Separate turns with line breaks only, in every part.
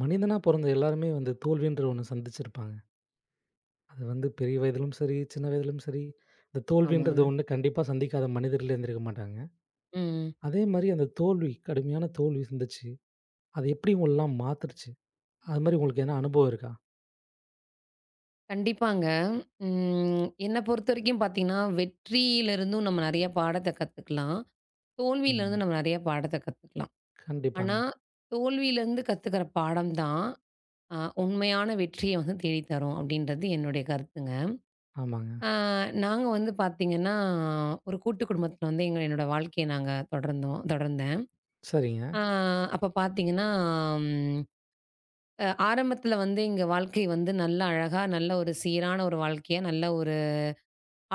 மனிதனா பொறந்த எல்லாருமே வந்து தோல்வின்ற ஒண்ணு சந்திச்சிருப்பாங்க. அது வந்து பெரிய வயதிலும் சரி, சின்ன வயதிலும் சரி, இந்த தோல்வின்றது
ஆமாங்க.
ஒண்ணு கண்டிப்பா சந்திக்காத மனிதர்கள் இருந்திருக்க மாட்டாங்க.
ம்.
அதே மாரி அந்த தோல்வி, கடுமையான தோல்வி சந்திச்சு, அது எப்படி உங்களலாம் மாத்துருச்சு? அது மாரி உங்களுக்கு எதனா அனுபவம் இருக்கா?
கண்டிப்பாங்க. என்ன பொறுத்தவரைக்கும் பார்த்தீங்கன்னா, வெற்றியிலிருந்தும் நம்ம நெறைய பாடத்த கத்துக்கலாம். தோல்வியிலிருந்து
ம்.
நம்ம நெறைய பாடத்த கத்துக்கலாம். ஆனா,
கண்டிப்பாங்க.
தோல்வியிலிருந்து கத்துக்கிற பாடம் தான் உண்மையான வெற்றிய வந்து தேடி தரும் அப்டின்றது என்னுடைய கருத்துங்க.
ஆமாங்க.
அ நாங்க வந்து பார்த்தீங்கன்னா, ஒரு கூட்டு குடும்பத்தில வந்து எங்க என்னோட வாழ்க்கைய நாங்க தொடர்ந்தேன்.
சரிங்க.
அ அப்ப பார்த்தீங்கன்னா, ம் அ ஆரம்பத்தில வந்து எங்க வாழ்க்கை வந்து நல்ல அழகா, நல்ல ஒரு சீரான ஒரு வாழ்க்கையா, நல்ல ஒரு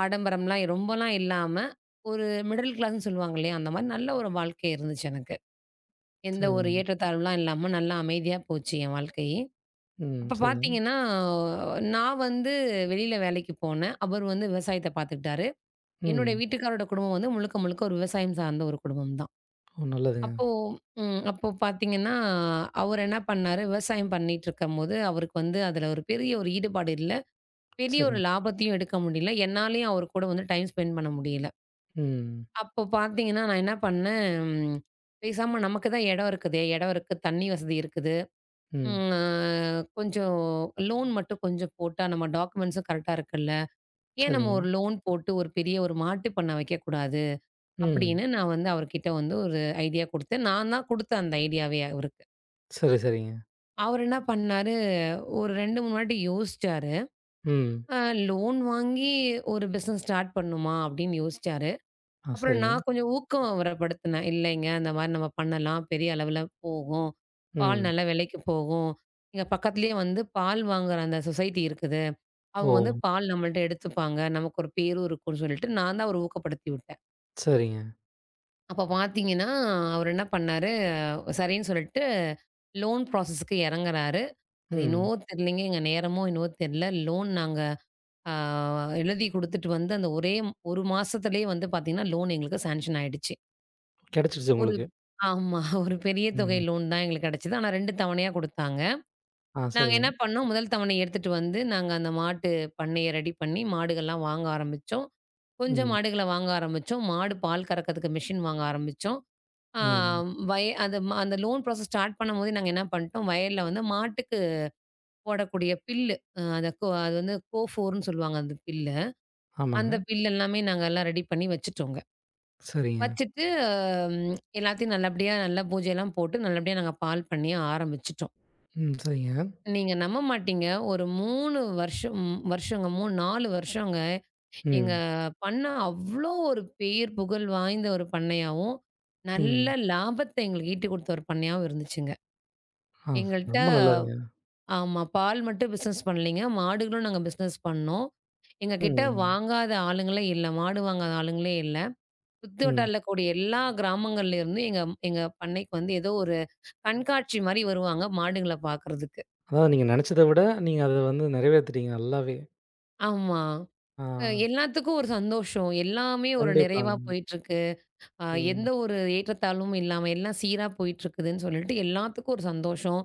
ஆடம்பரம்லாம் ரொம்பலாம் இல்லாம, ஒரு மிடில் கிளாஸ்ன்னு சொல்லுவாங்க இல்லையா? அந்த மாரி நல்ல ஒரு வாழ்க்கை இருந்துச்சு எனக்கு. எந்த ஒரு
சரிங்க.
ஏற்றத்தாழ்வுலாம் இல்லாம நல்லா அமைதியா போச்சு என் வாழ்க்கையே.
ம்.
அப்ப
சரிங்க.
பார்த்தீங்கன்னா, நான் வந்து வெளியில வேலைக்கு போனேன். அவர் வந்து விவசாயத்த பார்த்துக்கிட்டாரு. என்னுடைய
ம்.
வீட்டுக்காரோட குடும்பம் வந்து முழுக்க, முழுக்க ஒரு விவசாயம் சார்ந்த ஒரு குடும்பம் தான்.
ஓ! நல்லதுங்க.
அப்போ அப்போ பார்த்தீங்கன்னா, அவர் என்ன பண்ணாரு, விவசாயம் பண்ணிட்டு இருக்கும்போது, அவருக்கு வந்து அதுல ஒரு பெரிய ஒரு ஈடுபாடு இல்ல. பெரிய ஒரு
சரிங்க.
லாபத்தையும் எடுக்க முடியல. என்னாலயும் அவர் கூட வந்து டைம் ஸ்பெண்ட் பண்ண முடியல.
ம்.
அப்போ பார்த்தீங்கன்னா, நான் என்ன பண்ணேன், பேசாம நமக்கு தான் இடம் இருக்குதே, இடம் இருக்கு, தண்ணி வசதி இருக்குது.
ம்.
ம் அ கொஞ்சம் லோன் மட்டும் கொஞ்சம் போட்டா நம்ம டாக்குமெண்ட்ஸும் கரெக்ட்டா இருக்குல்ல. ஏன் நம்ம
சரிங்க.
ஒரு லோன் போட்டு ஒரு பெரிய ஒரு மாட்டு பண்ண வைக்கக்கூடாது?
ம்.
அப்படின்னு நான் வந்து அவர்கிட்ட வந்து ஒரு ஐடியா குடுத்தேன். நான் தான் குடுத்தேன் அந்த ஐடியாவே அவருக்கு.
சரி, சரிங்க.
அவரு என்ன பண்ணாரு, ஒரு 2, 3 வாட்டி யோசிச்சாரு.
ம்.
அ லோன் வாங்கி ஒரு பிசினஸ் ஸ்டார்ட் பண்ணணுமா? அப்படின்னு யோசிச்சாரு.
ஆ
அப்புறம்
சரிங்க.
நான் கொஞ்சம் ஊக்கம் அவரப்படுத்தினேன். இல்லைங்க, இந்த மாரி நம்ம பண்ணலாம். பெரிய அளவில போகும். பால்
ம்.
நல்ல விலைக்கு போகும். இங்க பக்கத்திலேயே வந்து பால் வாங்குற அந்த சொசைட்டி இருக்குது. அவங்க வந்து
ஓ!
பால் நம்மள்ட்ட எடுத்துப்பாங்க. நமக்கு ஒரு பேரும் இருக்கும்னு சொல்லிட்டு நான் தான் அவர ஊக்கப்படுத்தி விட்டேன்.
சரிங்க.
அப்ப பார்த்தீங்கன்னா, அவர் என்ன பண்ணாரு, சரின்னு சொல்லிட்டு லோன் ப்ராசஸ்க்கு இறங்குறாரு. அது என்னவோ
ம்.
தெரியலங்க, எங்க நேரமோ என்னவோ தெரியல. லோன் நாங்க ஆ எழுதி குடுத்துட்டு வந்து அந்த ஒரே 1 மாசத்திலேயே வந்து பார்த்தீங்கன்னா, லோன் எங்களுக்கு சாங்ஷன் ஆயிடுச்சு.
கிடைச்சிருச்சு
ஒரு
உங்களுக்கு.
ஆமா. ஒரு பெரிய தொகை
ம்.
லோன் தான் எங்களுக்கு கிடைச்சது. ஆனா 2 தவணையா குடுத்தாங்க.
ஆ
நாங்க என்ன
சரிங்க.
பண்ணோம், முதல் தவணைய எடுத்துட்டு வந்து, நாங்க அந்த மாட்டு பண்ணைய ரெடி பண்ணி, மாடுகள்லாம் வாங்க ஆரம்பிச்சோம். கொஞ்சம்
ம்.
மாடுகள வாங்க ஆரம்பிச்சோம். மாடு பால் கறக்கிறதுக்கு மிஷின் வாங்க ஆரம்பிச்சோம். ஆ
ம்.
வய அந்த ம அந்த லோன் ப்ராசஸ் ஸ்டார்ட் பண்ணும்போதே நாங்க என்ன பண்ணிட்டோம், வயல்ல வந்து மாட்டுக்கு போடக்கூடிய புல்லு, அ அத கோ அது வந்து கோஃபோர்ன்னு சொல்லுவாங்க அந்த புல்ல.
ஆமாங்க.
அந்த புல் எல்லாமே நாங்க எல்லாம் ரெடி பண்ணி வச்சுட்டோங்க.
சரிங்க.
வச்சுட்டு, எல்லாத்தையும் நல்லபடியா நல்லா பூஜையெல்லாம் போட்டு, நல்லபடியா நாங்க பால் பண்ணைய ஆரம்பிச்சுட்டோம்.
ம். சரிங்க.
நீங்க நம்ப மாட்டீங்க. ஒரு 3 வருஷம் வருஷங்க 3, 4 வருஷங்க. எங்க
ம்.
பண்ணை அவ்ளோ ஒரு பேர் புகழ் வாய்ந்த ஒரு பண்ணையாவும்,
ம்.
நல்ல லாபத்த எங்களுக்கு ஈட்டி குடுத்த ஒரு பண்ணையாவும் இருந்துச்சுங்க.
ஆ
எங்கள்ட்ட
ரொம்ப நல்லாருங்க.
ஆமா. பால் மட்டும் பிசினஸ் பண்ணலைங்க. மாடுகளும் நாங்க பிசினஸ் பண்ணோம். எங்ககிட்ட
ம்.
வாங்காத ஆளுங்களே இல்ல. மாடு வாங்காத ஆளுங்களே இல்ல. சுத்து
ம்.
வட்டாரல கூடிய எல்லா கிராமங்கள்ல இருந்தும் எங்க எங்க பண்ணைக்கு வந்து ஏதோ ஒரு கண்காட்சி மாரி வருவாங்க மாடுங்கள பார்க்கறதுக்கு.
அதாவது நீங்க நெனச்சத விட, நீங்க அத வந்து நிறைவேத்திட்டீங்க நல்லாவே.
ஆமா.
ஆ
எல்லாத்துக்கும் ஒரு சந்தோஷம். எல்லாமே ஒரு நிறைவா
கண்டிப்பாங்க.
போயிட்டுருக்கு. அ எந்த
ம்.
ஒரு ஏற்றத்தாழ்வும் இல்லாம எல்லாம் சீரா போயிட்டுருக்குதுன்னு சொல்லிட்டு எல்லாத்துக்கும் ஒரு சந்தோஷம்.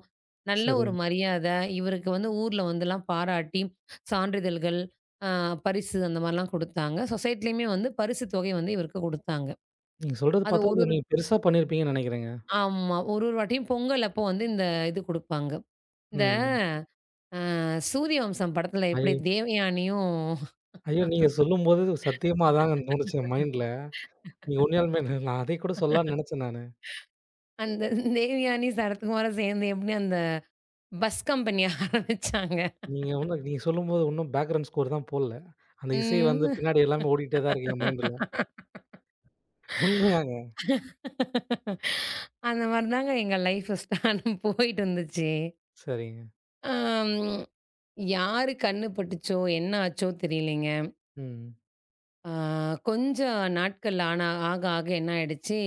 நல்ல
சரி.
ஒரு மரியாத. இவருக்கு வந்து ஊர்ல வந்துலாம் பாராட்டி, சான்றிதழ்கள், அ பரிசு அந்த மாரிலாம் குடுத்தாங்க. சொசைட்டிலயுமே வந்து பரிசு தொகை வந்து இவருக்கு குடுத்தாங்க.
நீங்க சொல்றது
அது
பார்த்தா,
ஒரு
அது
ஒரு
நீங்க பெருசா பண்ணியிருப்பீங்கன்னு நெனைக்கிறேங்க.
ஆமா. ஒரு ஒரு வாட்டியும் பொங்கல் அப்போ வந்து இது குடுப்பாங்க. இந்த
ம்.
அ சூரிய வம்சம் படத்துல
ஐ
எப்படி தேவயானியும்,
ஐயோ! நீங்க சொல்லும்போது சத்தியமா அதாங்க தோணுச்சு என் மைண்ட்ல. நீங்க உண்மையாலுமே நான் அதைக்கூட சொல்லலான்னு நெனச்சேன் நானு.
அந்த தேவயானி, சரத்குமாரும் சேர்ந்து எப்படி அந்த பஸ் கம்பெனி ஆரம்பிச்சாங்க.
நீங்க வந்து நீங்க சொல்லும்போது இன்னும் பேக்கிரவுண்ட் ஸ்கோர் தான் போடல. அந்த இசை வந்து
ம்.
பின்னாடி எல்லாமே ஓடிட்டே தான் இருக்கு என் மைண்ட்ல. உண்மையாங்க.
அந்த மாரி தாங்க எங்க லைஃப் ஸ்டான் போயிட்டு இருந்துச்சு.
சரிங்க.
அம் யாரு கண்ணு பட்டுச்சோ, என்ன ஆச்சோ தெரியலைங்க.
ம்.
ஆ கொஞ்சம் நாட்கள் ஆக ஆக என்ன ஆயிடுச்சு,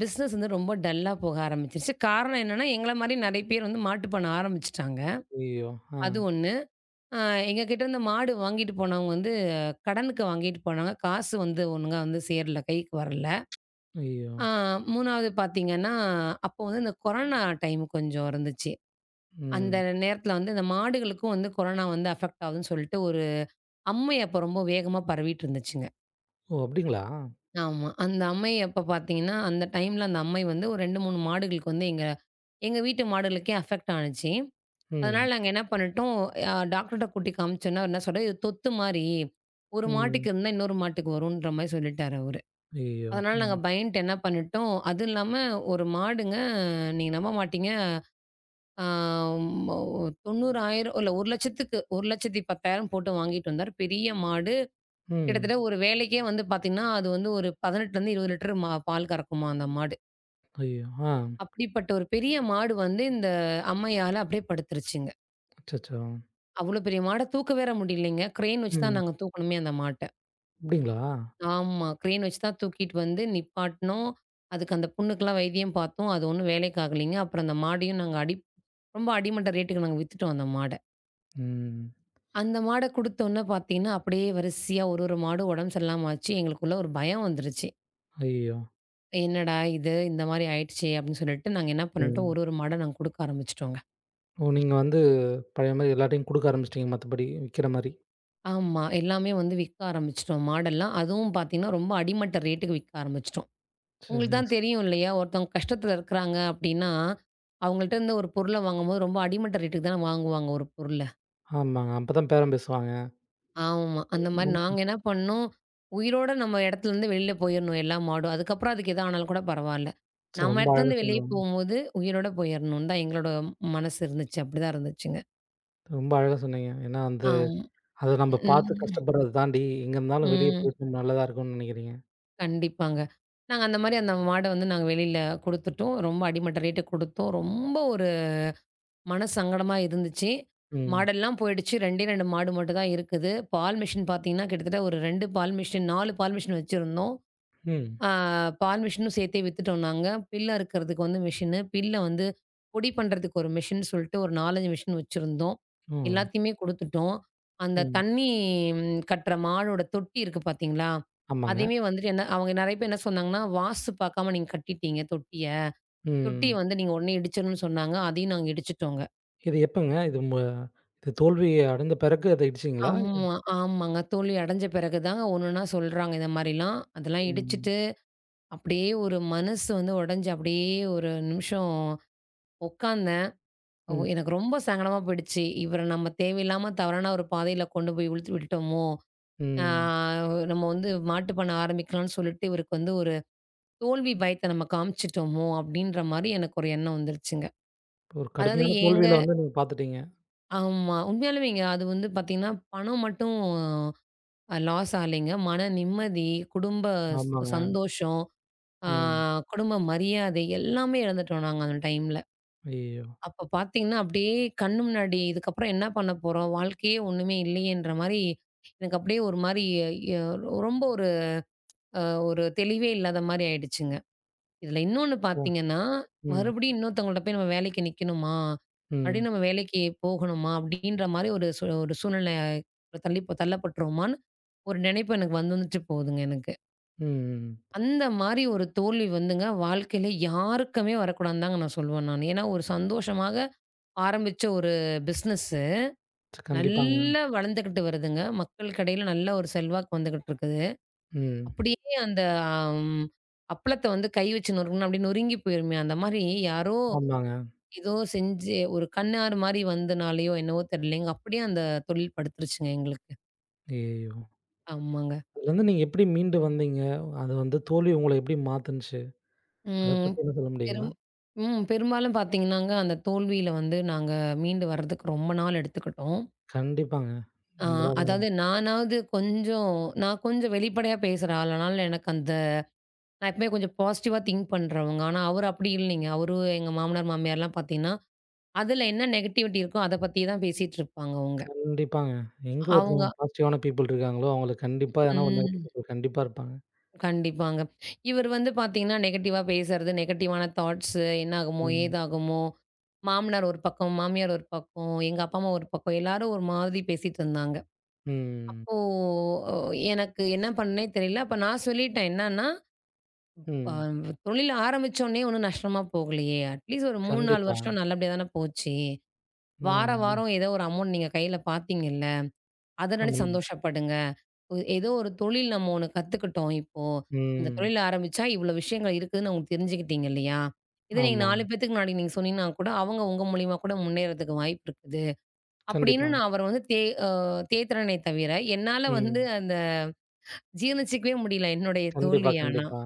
பிசினஸ் வந்து ரொம்ப டல்லா போக ஆரம்பிச்சுருச்சு. காரணம் என்னன்னா, எங்கள மாரி நெறைய பேர் வந்து மாட்டுப்பண்ண ஆரம்பிச்சுட்டாங்க.
ஐயய்யோ! ஆ.
அது ஒண்ணு. அ எங்க கிட்டேருந்து மாடு வாங்கிட்டு போனவங்க வந்து கடனுக்கு வாங்கிட்டு போனாங்க. காசு வந்து ஒழுங்கா வந்து சேரல. கைக்கு வரல.
ஐயய்யோ!
அ 3வது பார்த்தீங்கன்னா, அப்போ வந்து இந்த கொரோனா டைம் கொஞ்சம் இருந்துச்சு. அந்த
ம்.
நேரத்தில வந்து இந்த மாடுகளுக்கும் வந்து கொரோனா வந்து அஃபெக்ட் ஆகுதுன்னு சொல்லிட்டு ஒரு அம்மை அப்போ ரொம்ப வேகமா பரவிட்டு இருந்துச்சுங்க.
ஓ! அப்டிங்களா?
ஆமா. அந்த அம்மை அப்போ பார்த்தீங்கன்னா, அந்த டைம்ல அந்த அம்மை வந்து ஒரு 2, 3 மாடுகளுக்கு வந்து எங்க எங்க வீட்டு மாடுகளுக்கே அஃபெக்ட் ஆனுச்சு. அதனால
ம்.
நாங்க என்ன பண்ணிட்டோம், டாக்டர்ட்ட கூட்டி காமிச்சோனே, அவர் என்ன சொல்றாரு, "இது தொத்து மாரி. ஒரு
ம்.
மாட்டுக்கு இருந்தா, இன்னொரு மாட்டுக்கு வரும்ன்ற" மாரி சொல்லிட்டாரு அவரு.
ஐயய்யோ!
அதனால
ம்.
நாங்க பயந்துட்டு என்ன பண்ணிட்டோம், அதுவும் இல்லாம ஒரு மாடுங்க, நீங்க நம்ப மாட்டீங்க, ஆ மொ 90,000 இல்ல 1,00,000க்கு 1,10,000 போட்டு வாங்கிட்டு வந்தாரு. பெரிய மாடு.
ம்.
கிட்டத்தட்ட ஒரு வேளைக்கே வந்து பார்த்தீங்கன்னா, அது வந்து ஒரு 18லருந்து 20 லிட்டர் மா பால் கறக்குமாம் அந்த மாடு.
ஐயய்யோ! ஆ.
அப்படிப்பட்ட ஒரு பெரிய மாடு வந்து இந்த அம்மையால அப்படியே படுத்துருச்சுங்க.
அச்சச்சோ!
அவ்வளோ பெரிய மாட தூக்க வேற முடியலைங்க. கிரேன் வச்சு தான்
ம்.
நாங்க தூக்கணுமே அந்த மாட்ட.
அப்டிங்களா?
ஆமா. கிரேன் வச்சு தான் தூக்கிட்டு வந்து நிப்பாட்னோம். அதுக்கு அந்த புண்ணுக்கெல்லாம் வைத்தியம் பார்த்தோம். அது ஒண்ணும் வேலைக்கு ஆகலைங்க. அப்புறம் அந்த மாடையும் நாங்க ரொம்ப அடிமட்ட ரேட்டுக்கு நாங்க வித்துட்டோம் அந்த மாட.
ம்.
அந்த மாட குடுத்தோன்ன பார்த்தீங்கன்னா, அப்படியே வரிசையா ஒரு ஒரு மாடும் உடம்பு சரியில்லாம ஆச்சு. எங்களுக்குள்ள ஒரு பயம் வந்துருச்சு.
ஐயய்யோ!
"என்னடா இது? இந்த மாரி ஆயிடுச்சே!" அப்படின்னு சொல்லிட்டு நாங்க என்ன பண்ணிட்டோம்,
ம்.
ஒரு ஒரு மாடா நாங்க குடுக்க ஆரம்பிச்சுட்டோங்க.
ஓ! நீங்க வந்து பழைய மாரி எல்லார்ட்டயும் குடுக்க ஆரம்பிச்சுட்டீங்க மத்தபடி விக்கிற மாரி.
ஆமா. எல்லாமே வந்து விக்க ஆரம்பிச்சுட்டோம் மாடெல்லாம். அதுவும் பார்த்தீங்கன்னா, ரொம்ப அடிமட்ட ரேட்டுக்கு விக்க ஆரம்பிச்சுட்டோம். உங்களுக்கு தான்
சரிங்க.
தெரியும் இல்லையா? ஒருத்தவங்க கஷ்டத்துல இருக்கிறாங்க அப்படின்னா, அவங்கள்ட்ட இருந்து ஒரு பொருள வாங்கும்போது ரொம்ப அடிமட்ட ரேட்டுக்கு தானே வாங்குவாங்க ஒரு பொருள.
ஆமாங்க. அப்பதான் பேரம் பேசுவாங்க.
ஆமா. அந்த மாரி நாங்க
ம்.
என்ன பண்ணோம், உயிரோட நம்ம இடத்துலருந்து வெளில போயிரணும் எல்லா மாடும். அதுக்கப்புறம் அதுக்கு எது ஆனாலும் கூட பரவால்ல.
சரி
நம்ம
ரொம்ப அழகா
இடத்துலருந்து வெளிய
சொன்னீங்க.
போம்போது உயிரோட போயிரணும்னு தான் எங்களோட மனசு இருந்துச்சு. அப்படிதான் இருந்துச்சுங்க.
ரொம்ப அழகா சொன்னீங்க. ஏன்னா வந்து
ஆமா.
அத நம்ம பார்த்து
ம்.
கஷ்டப்படுறத தாண்டி, எங்க இருந்தாலும் வெளிய
ம்.
போயிட்டு நல்லதா இருக்கும்னு நெனைக்கிறீங்க.
கண்டிப்பாங்க. நாங்க அந்த மாரி அந்த மாட வந்து நாங்க வெளில குடுத்துட்டோம். ரொம்ப அடிமட்ட ரேட்டுக்கு குடுத்தோம். ரொம்ப மனசங்கடமா இருந்துச்சு.
ம்.
மாடெல்லாம் போயிடுச்சு. 2 2 மாடு மட்டும் தான் இருக்குது. பால் மிஷின் பார்த்தீங்கன்னா, கிட்டத்தட்ட ஒரு 2 பால் மிஷின் 4 பால் மிஷின் வச்சிருந்தோம்.
ம்.
ஆ பால் மிஷினும் சேர்த்தே வித்துட்டோம் நாங்க. பில்ல அறுக்கிறதுக்கு வந்து மிஷினு, பில்ல வந்து பொடி பண்றதுக்கு ஒரு மிஷின் சொல்ட்டு ஒரு 4, 5 மிஷின் வச்சிருந்தோம்.
ஓ!
எல்லாத்தையுமே குடுத்துட்டோம். அந்த
ம்.
தண்ணி கட்டுற மாடோட தொட்டி இருக்கு பார்த்தீங்களா?
ஆமாங்க.
அதையுமே வந்துட்டு என்ன அவங்க நெறைய பேர் என்ன சொன்னாங்கன்னா, வாஸ்து பார்க்காம நீங்க கட்டிட்டீங்க தொட்டிய. தொட்டி
ம்.
வந்து நீங்க உடனே இடிச்சிடணும்னு சொன்னாங்க. அதையும் நாங்க இடிச்சுட்டோங்க.
இது எப்பங்க? இது தோல்வி அடைந்த பிறகு அது இடிச்சீங்களா?
ஆமாங்க. தோல்வி அடைஞ்ச பிறகு தாங்க ஒன்னொன்னா சொல்றாங்க இந்த மாரிலாம். அதெல்லாம்
ம்.
இடிச்சுட்டு, அப்படியே ஒரு மனசு வந்து உடைஞ்சு அப்படியே ஒரு நிமிஷம் உட்காந்தேன். ஓ,
ம்.
எனக்கு ரொம்ப சங்கடமா போயிடுச்சு. இவர நம்ம தேவையில்லாம தவறான ஒரு பாதையில கொண்டு போய் இழுத்து விட்டுட்டோமோ! ஆ
ம்.
நம்ம வந்து மாட்டு பண்ண ஆரம்பிக்கலாம்ன்னு சொல்லிட்டு, இவருக்கு வந்து ஒரு தோல்வி பயத்த நம்ம காமிச்சுட்டோமோ! அப்படின்ற மாரி எனக்கு ஒரு எண்ணம் வந்துருச்சுங்க.
ஒரு
அதாவது
கடுமையான
ஏங்க
தோல்வியில வந்து நீங்க பார்த்துட்டீங்க.
ஆமா. உண்மையாலுமேங்க அது வந்து பார்த்தீங்கன்னா, பணம் மட்டும் லாஸ் ஆகலைங்க. மன நிம்மதி, குடும்ப ஸ்
ஆமாங்க.
சந்தோஷம், ஆ
ம்.
குடும்ப மரியாதை எல்லாமே இழந்துட்டோம் நாங்க அந்த டைம்ல.
ஐயய்யோ!
அப்ப பார்த்தீங்கன்னா, அப்படியே கண்ணு முன்னாடி இதுக்கப்புறம் என்ன பண்ண போறோம்? வாழ்க்கையே ஒண்ணுமே இல்லையேன்ற மாரி எனக்கு அப்படியே ஒரு மாரி ய ரொம்ப ஒரு அ ஒரு தெளிவே இல்லாத மாரி ஆயிடுச்சுங்க. இதுல இன்னொன்னு
அ.
பார்த்தீங்கன்னா,
ம்.
மறுபடியும் இன்னொருத்தவங்கள்ட்ட போய் நம்ம வேலைக்கு நிக்கணுமா?
ம்.
மறுபடியும் நம்ம வேலைக்கு போகணுமா? அப்படின்ற மாரி ஒரு சூழ்நிலை தள்ளி தள்ளப்பட்டுருவோமான்னு ஒரு நினைப்பு எனக்கு வந்துந்துட்டு போகுதுங்க எனக்கு.
ம்.
அந்த மாரி ஒரு தோல்வி வந்துங்க, வாழ்க்கையில யாருக்குமே வரக்கூடாதுன்னு தாங்க நான் சொல்லுவேன் நானு. ஏன்னா, ஒரு சந்தோஷமாக ஆரம்பிச்ச ஒரு பிசினஸ்ஸு,
ச கண்டிப்பாங்க.
நல்லா வளர்ந்துகிட்டு வருதுங்க. மக்களுக்கு இடையில நல்ல ஒரு செல்வாக்கு வந்துகிட்டு இருக்குது.
ம்.
அப்படியே அந்த அம் அப்பளத்த வந்து கை வச்சு நொறுக்குனா அப்படியே நொறுங்கி போயிருமே, அந்த மாரி யாரோ
ஆமாங்க.
ஏதோ செஞ்சு ஒரு கண்ணாறு மாரி வந்தனாலயோ என்னவோ தெரியலைங்க, அப்படியே அந்த தொழில் படுத்துருச்சுங்க எங்களுக்கு.
ஐயய்யோ!
ஆமாங்க.
அதுலருந்து நீங்க எப்படி மீண்டு வந்தீங்க? அது வந்து தோல்வி உங்கள எப்படி மாத்துனுச்சு? அத
ம்.
பத்தி என்ன சொல்ல முடியுங்களா?
பெரும் ம். பெரும்பாலும் பார்த்தீங்கன்னாங்க, அந்த தோல்வியில வந்து நாங்க மீண்டு வர்றதுக்கு ரொம்ப நாள் எடுத்துக்கிட்டோம்.
கண்டிப்பாங்க.
அ
நம்ப
அதாவது நானாவது கொஞ்சம் நான் கொஞ்சம் வெளிப்படையா பேசுற ஆள். அதனால எனக்கு அந்த நான் எப்பவுமே கொஞ்சம் பாசிட்டிவா திங்க் பண்றவங்க. ஆனா, அவரு அப்படி இல்லைங்க. அவரு எங்க மாமனார், மாமியார்லாம் பார்த்தீங்கன்னா, அதுல என்ன நெகட்டிவிட்டி இருக்கோ, அத பத்தி தான் பேசிட்டு இருப்பாங்க அவங்க.
கண்டிப்பாங்க. எங்க
அவங்க
ஒருத்தவங்க பாசிட்டிவான பீப்பிள் இருக்காங்களோ, அவங்களுக்கு கண்டிப்பா எதனா ஒரு நெகட்டிவ்
ம்.
பீப்பிள் கண்டிப்பா இருப்பாங்க.
கண்டிப்பாங்க. இவர் வந்து பார்த்தீங்கன்னா, நெகட்டிவா பேசுறது, நெகட்டிவான தாட்ஸ் என்னாகுமோ?
ம்.
ஏதாகுமோ? மாமனார் ஒரு பக்கம், மாமியார் ஒரு பக்கம், எங்க அப்பா, அம்மா ஒரு பக்கம், எல்லாரும் ஒரு மாதிரி பேசிட்டு இருந்தாங்க.
ம்.
அப்போ அ எனக்கு என்ன பண்ணேன்னே தெரியல. அப்ப நான் சொல்லிட்டேன். என்னன்னா, அ
ம்.
தொழில் ஆரம்பிச்சோனே ஒண்ணும் நஷ்டமா போகலையே! அட்லீஸ்ட் ஒரு 3, 4
கண்டிப்பா.
வருஷம் நல்லபடியா தானே போச்சு.
அ
வார வாரம் ஏதோ ஒரு அமௌண்ட் நீங்க கையில பார்த்தீங்கல்ல, அத நெனச்சு
நம்ம
சந்தோஷப்படுங்க. ஒ- ஏதோ ஒரு தொழில் நம்ம ஒண்ணு கத்துக்கிட்டோம் இப்போ. இந்த
ம்.
தொழில் ஆரம்பிச்சா இவ்வளோ விஷயங்கள் இருக்குதுன்னு உங்களுக்கு தெரிஞ்சுக்கிட்டீங்க இல்லையா? இத நீங்க
ஆமா.
4 பேத்துக்கு முன்னாடி நீங்க சொன்னீங்கன்னா கூட, அவங்க உங்க மூலியமா கூட முன்னேறதுக்கு வாய்ப்பு இருக்குது. அப்படின்னு
கண்டிப்பா.
நான் அவர வந்து தே அ தேத்துறேனே தவிர, என்னால வந்து
ம்.
அந்த ஜீர்ணிச்சுக்கவே முடியல என்னுடைய
கண்டிப்பா,
தோல்விய ஆனா.
கண்டிப்பா.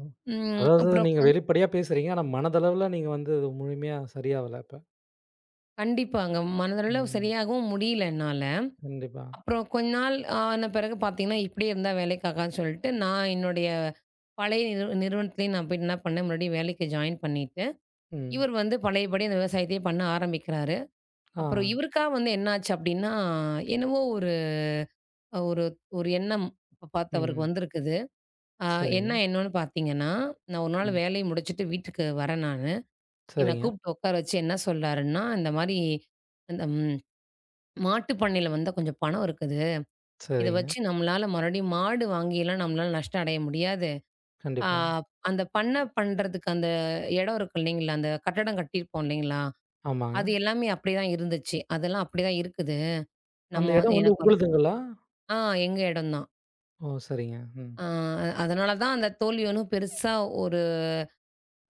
ம்.
ம்.
அதாவது
அப்புறம்
நீங்க
கொஞ்
வெளிப்படையா பேசுறீங்க. ஆனா, மனதளவுல நீங்க வந்து அது முழுமையா சரியாவல அப்ப.
கண்டிப்பாங்க. மனதளவுல
ம்.
சரியாகவும் முடியல என்னால.
கண்டிப்பா.
அப்புறம் கொஞ்ச நாள் ஆன பிறகு பார்த்தீங்கன்னா, இப்படியே இருந்தா வேலைக்கு ஆகாதுன்னு சொல்லிட்டு, நான் என்னுடைய பழைய நிறுவனத்திலேயே நான் போயிட்டு என்ன பண்ணேன், மறுபடியும் வேலைக்கு ஜாயின் பண்ணிட்டு,
ம்.
இவர் வந்து பழையபடி அந்த விவசாயத்தையே பண்ண ஆரம்பிக்கிறாரு.
ஆ.
அப்புறம் இவருக்கா வந்து என்னாச்சு அப்படின்னா, என்னவோ ஒரு ஒரு ஒரு எண்ணம் பார்த்து அவருக்கு
ம்.
வந்திருக்குது. அ என்ன
சரிங்க.
எண்ணம்னு பார்த்தீங்கன்னா, நான் ஒரு நாள்
ம்.
வேலைய முடிச்சுட்டு வீட்டுக்கு வரேன் நானு. என்ன
சரிங்க,
கூப்பிட்டு உட்கார வச்சு என்ன சொல்றாருன்னா, இந்த மாரி அந்த மாட்டு பண்ணையில வந்து கொஞ்சம் பணம் இருக்குது. இத
சரிங்க.
வச்சு நம்மளால மறுபடியும் மாடு வாங்கிலாம் நம்மளால நஷ்டம் அடைய முடியாது. ஆ
கண்டிப்பா.
அந்த பண்ணை பண்றதுக்கு அந்த இடம் இருக்கு இல்லைங்களா? அந்த கட்டடம் கட்டியிருப்போம் இல்லைங்களா?
ஆமாங்க.
அது எல்லாமே அப்படிதான் இருந்துச்சு. அதெல்லாம் அப்படிதான் இருக்குது. நம்ம
அந்த
வந்து-
இடம் வந்து
எனக்கு ஒரு
உங்களுதுங்களா?
ஆ எங்க இடம் தான்.
ஓ! சரிங்க. ம்.
ஆ அதனால தான் அந்த தோல்வி ஒண்ணும் பெருசா ஒரு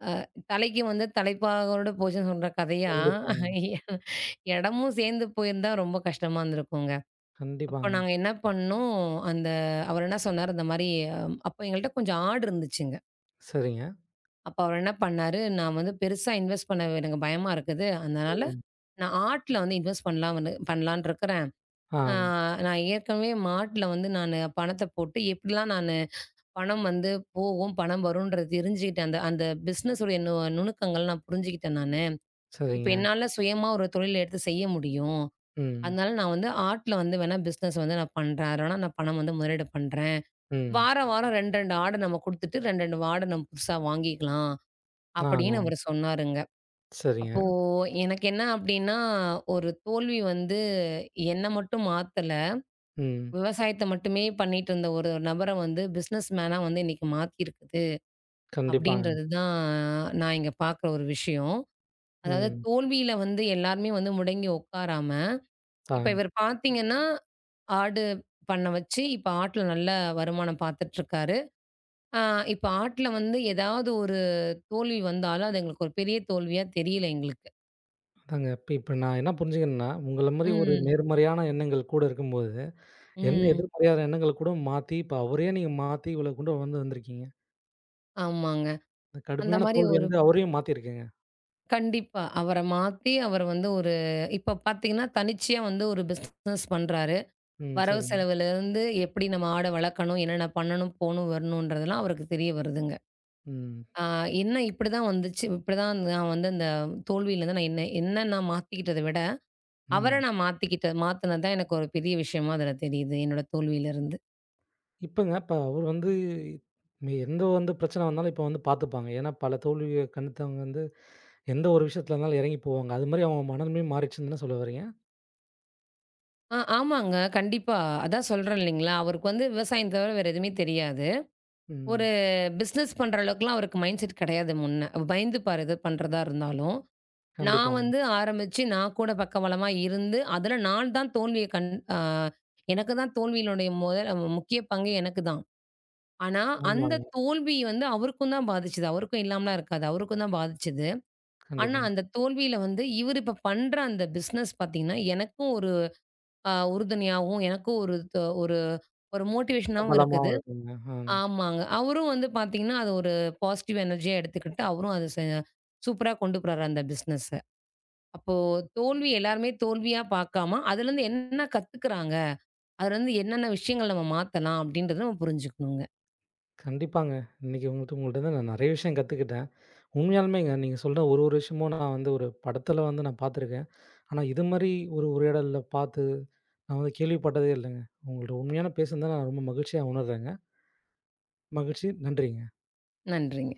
அ தலைக்கு வந்து தலைப்பாவோட போச்சுன்னு சொல்ற கதையா,
கண்டிப்பாங்க.
இடமும் சேர்ந்து போயிருந்தா ரொம்ப கஷ்டமா இருந்திருக்குங்க. அப்ப
கண்டிப்பாங்க.
நாங்க என்ன பண்ணோம், அந்த அவர் என்ன சொன்னாரு இந்த மாரி அப்ப எங்கள்ட்ட கொஞ்சம் ஆடு இருந்துச்சுங்க.
சரிங்க.
அப்ப அவர் என்ன பண்ணாரு, நான் வந்து பெருசா இன்வெஸ்ட் பண்ண எனக்கு பயமா இருக்குது. அதனால
ம்.
நான் ஆட்ல வந்து இன்வெஸ்ட் பண்ணலாம் வந்து பண்ணலான்னு இருக்கிறேன். ஆ
ஆம்.
நான் ஏற்கனவே மாட்ல வந்து நானு பணத்த போட்டு எப்படிலாம் நானு பணம் வந்து போகும், பணம் வரும்ன்றது தெரிஞ்சுக்கிட்டேன். அந்த அந்த பிசினஸ் உடைய நுணுக்கங்கள் நான் புரிஞ்சுக்கிட்டேன் நானு. இப்ப
சரிங்க.
என்னால சுயமா ஒரு தொழில் எடுத்து செய்ய முடியும்.
ம்.
அதனால நான் வந்து ஆட்ல வந்து வேணா பிசினஸ் வந்து நான் பண்றேன். அதுல வேணா நான் பணம் வந்து முதலீடு பண்றேன்.
ம்.
வாரம், வாரம் 2, 2 ஆடு நம்ம குடுத்துட்டு 2, 2 ஆடு நம்ம புதுசா வாங்கிக்கலாம்
ஆ, ஆ.
அப்படின்னு அவரு சொன்னாருங்க.
சரிங்க.
அப்போ எனக்கு என்ன அப்டின்னா, ஒரு தோல்வி வந்து என்ன மட்டும் மாத்தல.
ம்.
விவசாயத்த மட்டுமே பண்ணிட்டுருந்த ஒரு நபர வந்து பிசினஸ் மேனா வந்து இன்னைக்கு மாத்தியிருக்குது.
கண்டிப்பாங்க.
அப்டின்றது தான் நான் இங்க பார்க்குற ஒரு விஷயம். அதாவது
ம்.
தோல்வியில வந்து எல்லாருமே வந்து முடங்கி உட்காராம,
ஆ.
இப்ப இவர் பார்த்தீங்கன்னா, ஆடு பண்ண வச்சு, இப்ப ஆட்ல நல்ல வருமானம் பார்த்துட்டுருக்காரு. அ இப்ப ஆட்ல வந்து ஏதாவது ஒரு தோல்வி வந்தாலும், அது எங்களுக்கு ஒரு பெரிய தோல்வியா தெரியல எங்களுக்கு.
அதாங்க. இப்ப இப்ப நான் என்ன புரிஞ்சுக்கிறேன்னா, உங்கள மாரி ஒரு
ம்,
நேர்மறையான எண்ணங்கள் கூட இருக்கும்போது, என்ன
ம்.
எதிர்மறையான எண்ணங்கள் கூட மாத்தி, இப்ப அவரையே நீங்க மாத்தி இவ்வளோ கொண்டு வந்திருக்கீங்க.
ஆமாங்க.
இந்த
அந்த
கடுமையான
மாரி
தோல்வி
ஒரு
வந்து அவரையும் மாத்திருக்குங்க.
கண்டிப்பா. அவர மாத்தி அவர வந்து ஒரு இப்ப பார்த்தீங்கன்னா, தனிச்சையா வந்து ஒரு பிசினஸ் பண்றாரு.
ம்.
வரவு
சரிங்க.
செலவுலேருந்து எப்படி நம்ம ஆட வளர்க்கணும், என்னென்ன பண்ணணும், போணும், வரணுன்றதெல்லாம் அவருக்கு தெரிய வருதுங்க.
ம்.
ஆ என்ன இப்படிதான் வந்துச்சு, இப்படிதான் நான் வந்து அந்த தோல்வியிலேருந்து நான் என்ன என்ன நான் மாத்திக்கிட்டத விட, அவர
ம்.
நான் மாத்திக்கிட்டேன். மாத்துனது தான் எனக்கு ஒரு பெரிய விஷயமா அதில தெரியுது, என்னோட தோல்வியிலேருந்து.
இப்ப அவரு வந்து, எந்த வந்து பிரச்சனை வந்தாலும் இப்ப வந்து பார்த்துப்பாங்க. ஏன்னா பல தோல்விய கணித்தவங்க வந்து எந்த ஒரு விஷயத்துல இருந்தாலும் இறங்கி போவாங்க. அது மாரி அவங்க மனமே மாறிச்சுன்னு தானே சொல்ல வர்றீங்க?
ஆமாங்க. கண்டிப்பா. அதான் சொல்றேன் இல்லைங்களா? அவருக்கு வந்து விவசாயம் தவிர வேற எதுவுமே தெரியாது. ஒரு
ம்.
பிசினஸ் பண்ற அளவுக்குலாம் அவருக்கு மைண்ட் செட் கிடையாது முன்ன. பயந்துப்பாரு எது பண்றதா இருந்தாலும். நான்
கண்டிப்பாங்க.
வந்து ஆரம்பிச்சு, நான் கூட பக்கபலமா இருந்து, அதுல நான் தான் தோல்விய கண் அ எனக்கு தான் தோல்வியினுடைய முதல் முக்கிய பங்கு எனக்கு தான். ஆனா, அந்த
ஆமாங்க.
தோல்வி வந்து அவருக்கும் தான் பாதிச்சது. அவருக்கும் இல்லாமலாம் இருக்காது. அவருக்கும் தான் பாதிச்சது. ஆனா,
கண்டிப்பாங்க.
அந்த தோல்வியில வந்து இவரு இப்ப பண்ற அந்த பிசினஸ் பார்த்தீங்கன்னா, எனக்கும் ஒரு உறுதுணையாவும், எனக்கும் ஒரு த ஒரு ஒரு மோட்டிவேஷனாவும் இருக்குது.
பலமாவும் இருக்குங்க. ஆ.
ஆமாங்க. அவரும் வந்து பார்த்தீங்கன்னா, அது ஒரு பாசிட்டிவ் எனர்ஜியா எடுத்துக்கிட்டு, அவரும் அது செ சூப்பரா கொண்டு போறாரு அந்த பிசினஸ. அப்போ தோல்வி எல்லாருமே தோல்வியா பார்க்காம, அதுலருந்து என்ன கத்துக்குறாங்க? அதுலருந்து என்னென்ன விஷயங்கள் நம்ம மாத்தலாம்? அப்படின்றத நம்ம புரிஞ்சுக்கணுங்க.
கண்டிப்பாங்க. இன்னைக்கு உங்கள்ட்டருந்து நான் நெறைய விஷயம் கத்துக்கிட்டேன். உண்மையாலுமேங்க நீங்க சொல்ற ஒரு ஒரு விஷயமும் நான் வந்து ஒரு படத்துல வந்து நான் பார்த்துருக்கேன். ஆனா இது மாரி ஒரு உரையாடல்ல பார்த்து நான் வந்து கேள்விப்பட்டதே இல்லங்க. உங்கள்ட்ட உண்மையான பேசுனத நான் ரொம்ப மகிழ்ச்சியா உணர்றேங்க. மகிழ்ச்சி. நன்றிங்க.
நன்றிங்க.